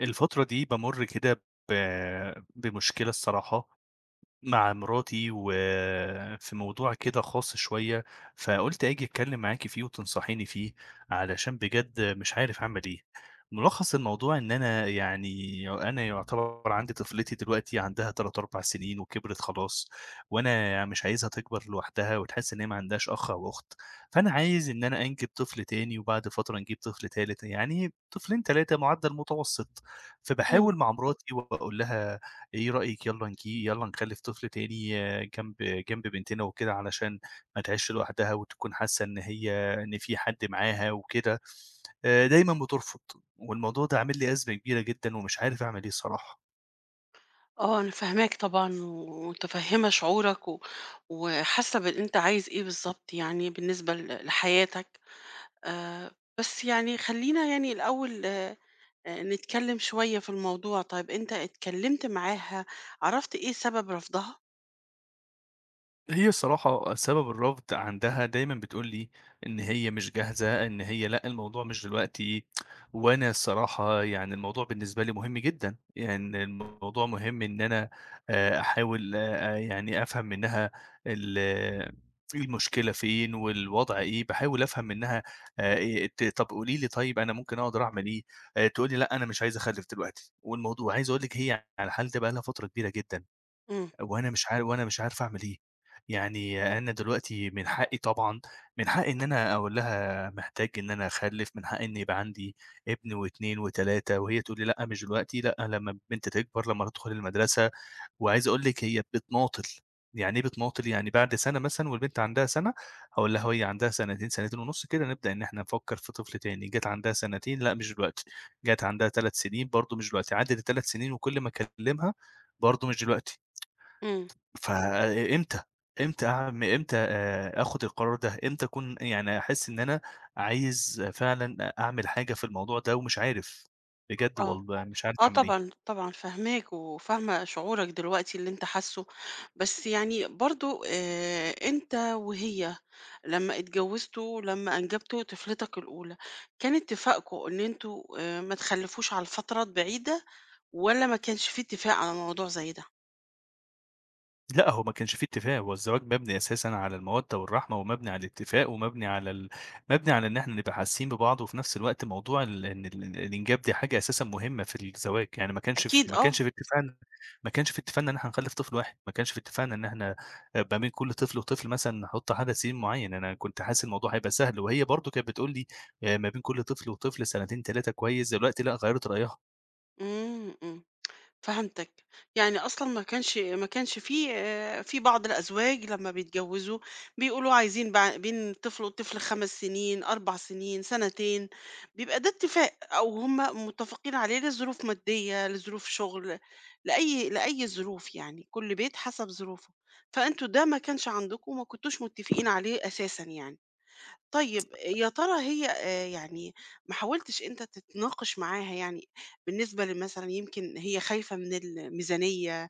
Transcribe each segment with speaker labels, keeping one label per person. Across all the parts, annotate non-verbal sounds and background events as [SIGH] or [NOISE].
Speaker 1: الفترة دي بامُر كده ب بمشكلة الصراحة، مع مراتي، وفي موضوع كده خاص شوية، فقُلت آجي أتكلّم معاكِ فيه وتنصحيني فيه، علشان بجد مش عارف أعمل إيه. مُلخّص الموضوع إن أنا يُعتبر عندي طفلتي دلوقتي عندها 3، 4 سنين وكبرت خلاص، وأنا مش عايزها تكبر لوحدها وتحس إن هي ما عندهاش أخ أو أخت، فأنا عايز إن أنا أنجب طفل تاني وبعد فترة نجيب طفل تالت، يعني طفلين، 3 معدّل متوسط.
Speaker 2: إمم.
Speaker 1: فباحاول مع مراتي وأقول لها إيه رأيِك يالّا نجي يالّا نخلِّف طفل تاني، آه، جنب بنتنا وكده علشان ما تعيشش لوحدها وتكون حاسة إن هي إن في حد معاها وكده، دايمًا بترفض، والموضوع ده عامل لي أزمة كبيرة جدًا ومش عارف أعمل إيه الصراحة.
Speaker 2: آه، أنا فاهماك طبعًا ومتفهّمة شعورك وحاسة باللي أنت عايز إيه بالضبط، يعني بالنسبة لحياتك. آآ بس يعني خلّينا يعني الأول، نتكلّم شوية في الموضوع. طيب أنت اتكلّمت معاها، عرفت إيه سبب رفضها؟
Speaker 1: هي الصراحة سبب الرفض عندها دايمًا بتقول لي إن هي مش جاهزة، إن هي لأ الموضوع مش دلوقتي، وأنا الصراحة يعني الموضوع بالنسبة لي مهم جدًا، يعني الموضوع مهم إن أنا أحاول، يعني أفهم منها ال المشكلة فين والوضع إيه، باحاول أفهم منها إيه، طب قولي لي طيب أنا ممكن أقدر أعمل إيه، تقول لي لأ أنا مش عايزة أخلّف دلوقتي، والموضوع عايز أقول لِك هي على الحال ده بقى لها فترة كبيرة جدًا.
Speaker 2: إمم،
Speaker 1: وأنا مش عارف أعمل إيه، يعني أنا دلوقتي من حقي طبعًا من حقي إن أنا أقول لها محتاج إن أنا أخلّف، من حقي إن يبقى عندي ابن و2 و3، وهي تقول لي: "لأ، مش دلوقتي، لأ، لمّا البنت تكبر، لمّا تدخل المدرسة." وعايز أقول لِك هي بتماطل، يعني إيه بتماطل؟ يعني بعد سَنة مثلًا والبنت عندها سَنة، هاقول لها وهي عندها سنتين، سنتين ونُص كده نبدأ إن إحنا نفكّر في طفل تاني، جات عندها سنتين، لأ، مش دلوقتي، جات عندها 3 سنين برضه مش دلوقتي، عدِّت ال3 سنين وكل ما أكلّمها برضه مش دلوقتي.
Speaker 2: إمم،
Speaker 1: فإمتى، إمتى آخُد القرار ده، إمتى أكون يعني أحس إن أنا عايز فعلًا أعمل حاجة في الموضوع ده ومش عارف، بجد
Speaker 2: آه.
Speaker 1: والله مش عارف
Speaker 2: آه
Speaker 1: أعمل إيه؟
Speaker 2: طبعًا، طبعًا فاهماك، وفاهمة شعورك دلوقتي اللي أنت حاسّه. بس يعني برضه، أنت وهي لمّا اتجوّزتوا، لمّا أنجبتوا طفلتك الأولى، كان اتفاقكم إن أنتم ما تخلّفوش على الفترات بعيدة، والّا ما كانش في اتفاق على موضوع زي ده؟
Speaker 1: لأ، هو ما كانش في اتفاق، هو الزواج مبني أساسًا على المودة والرحمة، ومبني على الاتفاق، ومبني على ال مبني على إن إحنا نبقى حاسين ببعض، وفي نفس الوقت موضوع ال إن ال الإنجاب دي حاجة أساسًا مهمة في الزواج، يعني
Speaker 2: أكيد آه.
Speaker 1: ما كانش في اتفاقنا إن إحنا نخلف طفل واحد، ما كانش في اتفاقنا إن إحنا ما بين كل طفل وطفل مثلًا نحط عدد سنين معين، أنا كنت حاسس الموضوع هيبقى سهل، وهي برضه كانت بتقول لي: ما بين كل طفل وطفل سنتين، 3 كويس." دلوقتي لأ، غيّرت رأيها.
Speaker 2: إمم، إمم. فهمتك. يعني أصلًا ما كانش في في بعض الأزواج لمّا بيتجوزوا بيقولوا عايزين بين طفل وطفل 5 سنين، 4 سنين، سنتين، بيبقى ده اتفاق، أو هم متفقين عليه لظروف مادية، لظروف شغل، لأي ظروف يعني، كل بيت حسب ظروفه. فأنتم ده ما كانش عندكم وما كنتوش متفقين عليه أساسًا يعني. طيب يا ترى هي يعني ما حاولتش أنت تتناقش معاها، يعني بالنسبة لمثلًا يمكن هي خايفة من الميزانية،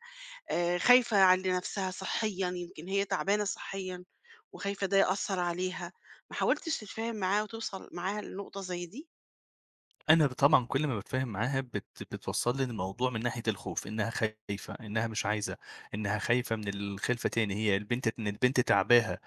Speaker 2: خايفة على نَفْسها صحيًا، يمكن هي تعبانة صحيًا وخايفة ده يأثّر عليها، ما حاولتش تتفاهم معاها وتوصل معاها لنقطة زي دي؟
Speaker 1: أنا ب طبعًا كل ما باتفاهم معاها بتوصّل لي الموضوع من ناحية الخوف، إنها خايفة، إنها مش عايزة، إنها خايفة من الخلفة تاني، هي البنت إن البنت تعباها.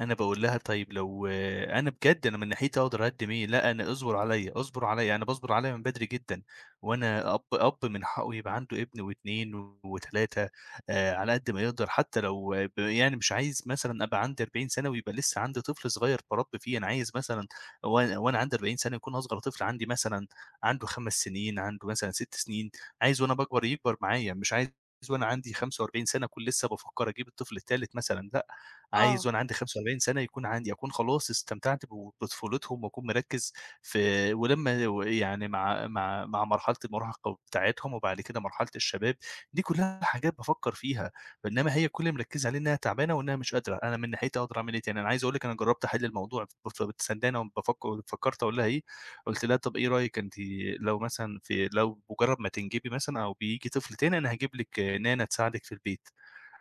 Speaker 1: أنا باقول لها طيب لو آه، أنا بجد أنا من ناحيتي أقدر أقدّم إيه، لأ أنا اصبر عليَّ، اصبر عليَّ، أنا باصبر عليَّ من بدري جدًا، وأنا أب من حقه يبقى عنده ابن و2 و3، على قد ما يقدر حتى لو آه، ب يعني مش عايز مثلًا أبقى عندي 40 سنة ويبقى لسه عندي طفل صغير باربّي فيه، أنا عايز مثلًا وأنا عندي 40 سنة يكون أصغر طفل عندي مثلًا عنده 5 سنين، عنده مثلًا 6 سنين، عايز وأنا باكبر يكبر معايا، مش عايز وأنا عندي 45 سنة أكون لسه بافكّر أجيب الطفل التالت مثلًا، لأ. عايز
Speaker 2: آه.
Speaker 1: وأنا عندي 45 سَنة يكون عندي أكون خلاص استمتعت بطفولتهم وأكون مركّز في ولمّا و يعني مع مرحلة المراهقة بتاعتهم وبعد كده مرحلة الشباب، دي كلّها حاجات بافكّر فيها، إنّما هي كل اللي مركّزة عليه إنّها تعبانة وإنّها مش قادرة، أنا من ناحيتي أقدر أعمل إيه تاني؟ أنا عايز أقول لِك أنا جرّبت أحِل الموضوع بتسندانة وبافكّر فكّرت أقول لها إيه، قُلت لها: "طَب إيه رأيِك أنتِ لو مثلًا في لو مُجرّد ما تنجبي مثلًا أو بييجي طفل تاني أنا هاجيب لِك نانة تساعدِك في البيت."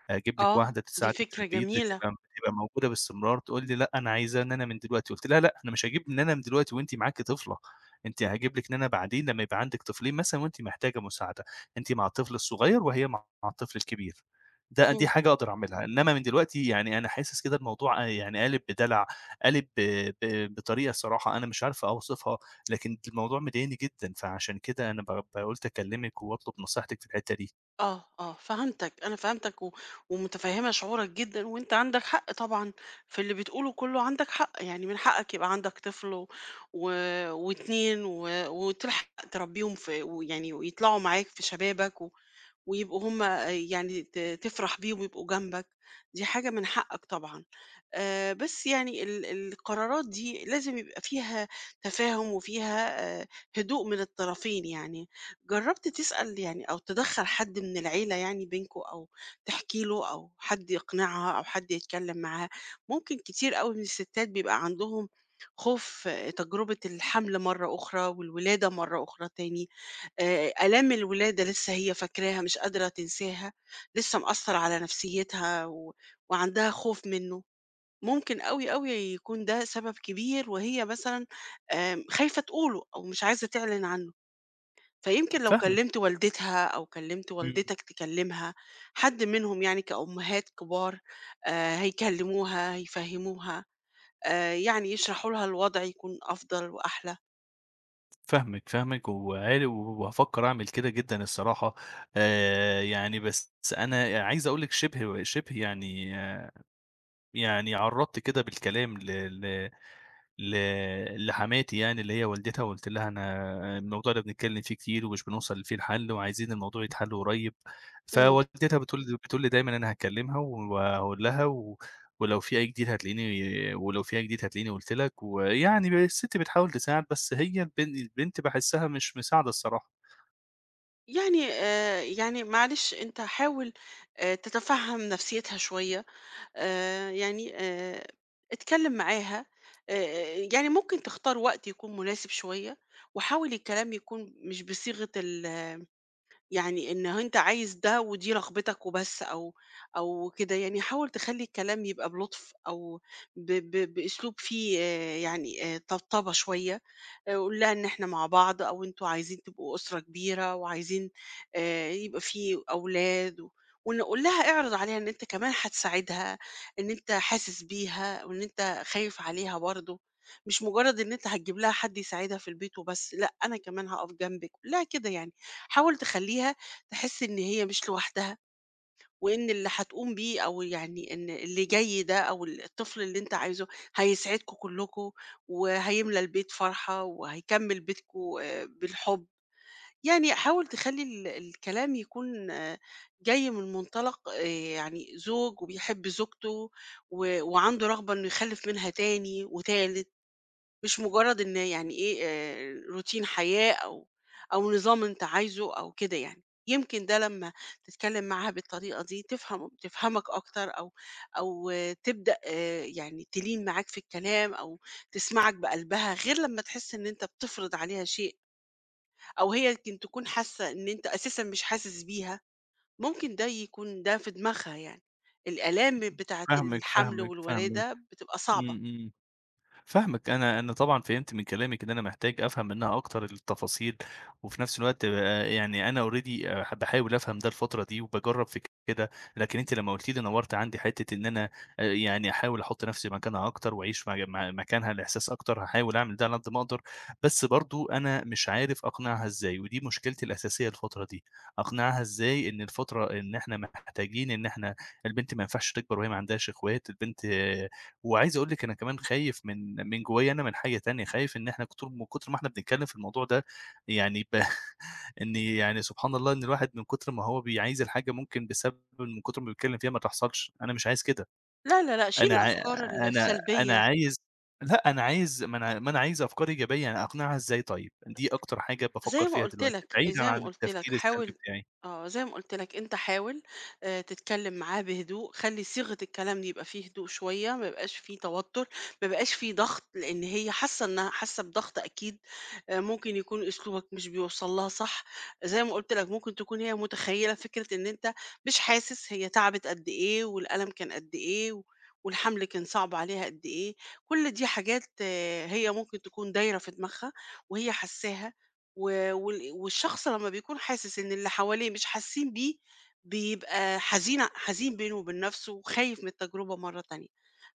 Speaker 1: أجيب لِك
Speaker 2: آه،
Speaker 1: واحدة
Speaker 2: دي
Speaker 1: تساعدِك في
Speaker 2: فكرة
Speaker 1: البيت،
Speaker 2: جميلة.
Speaker 1: بتبقى موجودة باستمرار، تقول لي: "لأ، أنا عايزة نانا من دلوقتي." قُلت لها: "لأ، أنا مش هاجيب نانا من دلوقتي وأنتِ معاكِ طفلة، أنتِ هاجيب لِك نانا بعدين لمّا يبقى عندِك طفلين مثلًا وأنتِ محتاجة مساعدة، أنتِ مع الطفل الصغير وهي مع الطفل الكبير." دي
Speaker 2: إمم.
Speaker 1: حاجة أقدر أعملها، إنّما من دلوقتي يعني أنا حاسس كده الموضوع آه، يعني قالب بدلع، قالب ب ب بطريقة الصراحة أنا مش عارف أوصفها، لكن الموضوع مضايقني جدًا، فعشان كده أنا ب ب قُلت أكلمِك وأطلب نصيحتِك في الحتّة دي.
Speaker 2: آه، آه، فهمتك، أنا فهمتك ومتفهّمة شعورك جدًا، وأنت عندك حق طبعًا في اللي بتقوله كلّه عندك حق. يعني من حقك يبقى عندك طفل و و و2، وتلحق تربيهم في، ويعني ويطلعوا معاك في شبابك، ويبقوا هم يعني تفرح بيهم ويبقوا جنبك. دي حاجة من حقك طبعا. آه، بس يعني القرارات دي لازم يبقى فيها تفاهم وفيها آه، هدوء من الطرفين. يعني جربت تسأل يعني، أو تدخل حد من العيلة يعني بينكو، أو تحكي له، أو حد يقنعها، أو حد يتكلم معاها؟ ممكن كتير قوي من الستات بيبقى عندهم خوف، آه، تجربة الحمل مرة أخرى والولادة مرة أخرى تاني، آلام الولادة لسه هي فاكراها، مش قادرة تنساها، لسه مأثّر على نفسيتها وعندها خوف منّه. ممكن أوي، أوي يكون ده سبب كبير، وهي مثلًا خايفة تقوله أو مش عايزة تعلن عنّه. فيمكن لو
Speaker 1: فاهمِك،
Speaker 2: كلّمت والدتها أو كلّمت
Speaker 1: إمم.
Speaker 2: والدتك تكلّمها، حد منهم يعني كأمهات كبار، هيكلّموها، هيفهّموها، يعني يشرحوا لها الوضع، يكون أفضل وأحلى.
Speaker 1: فاهمِك، فاهمِك وعال وهافكّر أعمل كده جدًا الصراحة، يعني بس أنا عايز أقول لِك شِبه يعني عرّضت كده بالكلام ل ل ل لحماتي يعني اللي هي والدتها، وقُلت لها أنا الموضوع ده بنتكلّم فيه كتير ومش بنوصل فيه لحل وعايزين الموضوع يتحل قريب،
Speaker 2: إمم.
Speaker 1: فوالدتها بتقول لي دايمًا أنا هاكلّمها وهاقول لها ولو في أي جديد هتلاقيني قُلت لك، ويعني السِت بتحاول تساعد، بس هي البنت باحسّها مش مساعدة الصراحة.
Speaker 2: يعني يعني معلش أنت حاول تتفهم نفسيتها شوية، آآ يعني آآ اتكلم معاها. يعني ممكن تختار وقت يكون مناسب شوية، وحاول الكلام يكون مش بصيغة يعني إن أنت عايز ده ودي رغبتك وبس، أو أو كده. يعني حاول تخلّي الكلام يبقى بلطف، أو ب ب بأسلوب فيه آه، يعني طبطبة شوية. قُل لها إن إحنا مع بعض، أو أنتم عايزين تبقوا أسرة كبيرة وعايزين يبقى في أولاد و ون قُل لها، اعرض عليها إن أنت كمان هتساعدها، إن أنت حاسس بيها، وإن أنت خايف عليها برضه، مش مجرد إن أنت هتجيب لها حد يساعدها في البيت وبس. لأ، أنا كمان هاقف جنبِك، قُل لها كده يعني. حاول تخلّيها تحس إن هي مش لوحدها. وإن اللي هتقوم بيه، أو يعني إن اللي جاي ده، أو الطفل اللي أنت عايزه، هيسعدكوا كلكوا، وهيملى البيت فرحة، وهيكمل بيتكوا آه، بالحب. يعني حاول تخلي الكلام يكون آه، جاي من منطلق آه، يعني زوج وبيحب زوجته، وعنده رغبة إنه يخلف منها تاني وتالت، مش مجرد إن يعني إيه روتين حياة، أو أو نظام أنت عايزه أو كده يعني. يمكن ده لمّا تتكلم معاها بالطريقة دي تفهمك أكتر، أو أو آه، تبدأ يعني تلين معاك في الكلام، أو تسمعك بقلبها، غير لمّا تحس إن أنت بتفرض عليها شيء، أو هي يمكن تكون حاسة إن أنت أساسًا مش حاسس بيها، ممكن ده يكون ده في دماغها يعني. الآلام بتاعة
Speaker 1: فاهمِك،
Speaker 2: الحمل
Speaker 1: فاهمِك، فاهمِك.
Speaker 2: والولادة بتبقى صعبة.
Speaker 1: إمم، إمم. فاهمِك، أنا طبعًا فهمت من كلامِك إن أنا محتاج أفهم منها أكتر التفاصيل، وفي نفس الوقت يعني أنا already باحاول أفهم ده الفترة دي وباجرّب في كده، لكن أنتِ لمّا قلتِ لي نوّرتِ عندي حتّة إن أنا يعني أحاول أحُط نفسي مكانها أكتر وأعيش مج م مكانها الإحساس أكتر، هاحاول أعمل ده على قد ما أقدر، بس برضه أنا مش عارف أقنعها إزاي، ودي مشكلتي الأساسية الفترة دي، أقنعها إزاي إن الفترة إن إحنا محتاجين إن إحنا البنت ما ينفعش تكبر وهي ما عندهاش إخوات، البنت وعايز أقول لِك أنا كمان خايف من جوايا أنا من حاجة تانية، خايف إن إحنا من كتر ما إحنا بنتكلّم في الموضوع ده يعني [LAUGHS] إن يعني سبحان الله إن الواحد من كتر ما هو عايز الحاجة ممكن بسبب من كتر ما بيتكلّم فيها ما تحصلش، أنا مش عايز كده،
Speaker 2: لا، لا، لأ، شيل
Speaker 1: أنا عا
Speaker 2: الأفكار
Speaker 1: أنا
Speaker 2: السلبية.
Speaker 1: عايز لأ، أنا عايز ما أنا ما أنا عايز أفكار إيجابية، أنا أقنعها إزاي طيب؟ دي أكتر حاجة بافكّر
Speaker 2: زي ما
Speaker 1: فيها
Speaker 2: قُلت
Speaker 1: دلوقتي،
Speaker 2: لك،
Speaker 1: بعيدًا
Speaker 2: زي ما
Speaker 1: عن
Speaker 2: قُلت لك
Speaker 1: التفكير السلبي
Speaker 2: حاول،
Speaker 1: بتاعي.
Speaker 2: آه، زي ما قُلت لك أنت حاول تتكلّم معاه بهدوء، خلّي صيغة الكلام دي يبقى فيه هدوء شوية، ما يبقاش فيه توتُّر، ما يبقاش فيه ضغط، لإن هي حاسة بضغط أكيد. ممكن يكون أسلوبك مش بيوصل لها صح. زي ما قُلت لك، ممكن تكون هي متخيّلة فكرة إن أنت مش حاسس هي تعبِت قد إيه، والألم كان قد إيه، والحمل كان صعب عليها قد إيه. كل دي حاجات آه، هي ممكن تكون دايرة في دماغها وهي حاسّاها. و وال والشخص لمّا بيكون حاسس إن اللي حواليه مش حاسين بيه، بيبقى حزين، حزين بينه وبين نَفْسه، وخايف من التجربة مرّة تانية.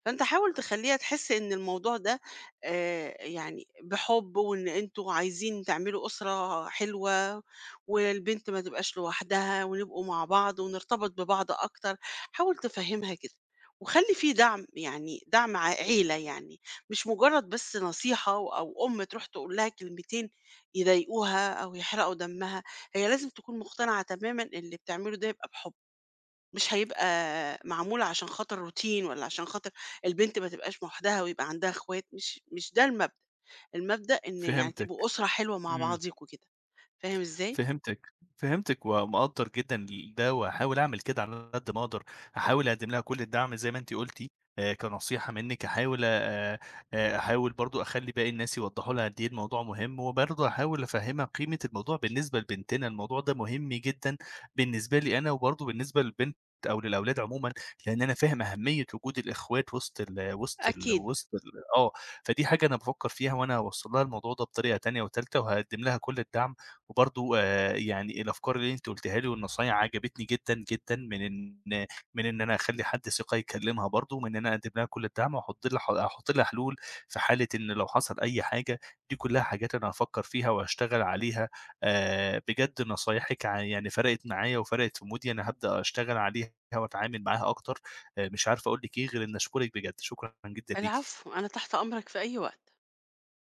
Speaker 2: فأنت حاول تخلّيها تحس إن الموضوع ده يعني بحُب، وإن أنتم عايزين تعملوا أسرة حلوة، والبنت ما تبقاش لوحدها، ونبقوا مع بعض ونرتبط ببعض أكتر. حاول تفهّمها كده. وخلّي في دعم، يعني دعم عيلة يعني، مش مجرّد بس نصيحة، و أو أم تروح تقول لها كلمتين يضايقوها أو يحرقوا دمها. هي لازم تكون مقتنعة تمامًا إن اللي بتعمله ده يبقى بحُب، مش هيبقى معمول عشان خاطر روتين، والّا عشان خاطر البنت ما تبقاش لوحدها ويبقى عندها إخوات. مش ده المبدأ، المبدأ إن يعني تبقوا
Speaker 1: فهمتِك.
Speaker 2: أسرة حلوة مع
Speaker 1: إمم.
Speaker 2: بعضيكم كده. فاهم إزاي؟
Speaker 1: فهمتِك، فهمتِك ومقدّر جدًا ده وهاحاول أعمل كده على قد ما أقدر، هاحاول أقدّم لها كل الدعم زي ما أنتِ قُلتِ كنصيحة منِّك، هاحاول أحاول برضه أخلّي باقي الناس يوضّحوا لها قد إيه الموضوع مهم، وبرضه هاحاول أفهّمها قيمة الموضوع بالنسبة لبنتنا، الموضوع ده مهم جدًا بالنسبة لي أنا وبرضه بالنسبة للبنت أو للأولاد عمومًا، لإن أنا فاهم أهمية وجود الإخوات وسط ال وسط ال
Speaker 2: أكيد.
Speaker 1: وسط ال آه، فدي حاجة أنا بافكّر فيها وأنا هاوصّل لها الموضوع ده بطريقة تانية وتالتة، وهاقدّم لها كل الدعم وبرضه يعني الأفكار اللي أنتِ قُلتيها لي والنصايح عجبتني جدًا، جدًا من إن أنا أخلّي حد ثقة يكلمها برضه، من إن أنا أقدّم لها كل الدعم وأحط لها أحط لها حلول في حالة إن لو حصل أي حاجة، دي كلها حاجات أنا هافكّر فيها وهاشتغل عليها. بجد نصايحِك يعني فرقت معايا وفرقت في مودي، أنا هابدأ أشتغل عليها وأتعامل معاها أكتر. مش عارف أقول لِك إيه غير إني أشكرِك بجد، شكرًا جدًا ليكِ.
Speaker 2: العفو، أنا تحت أمرك في أي وقت.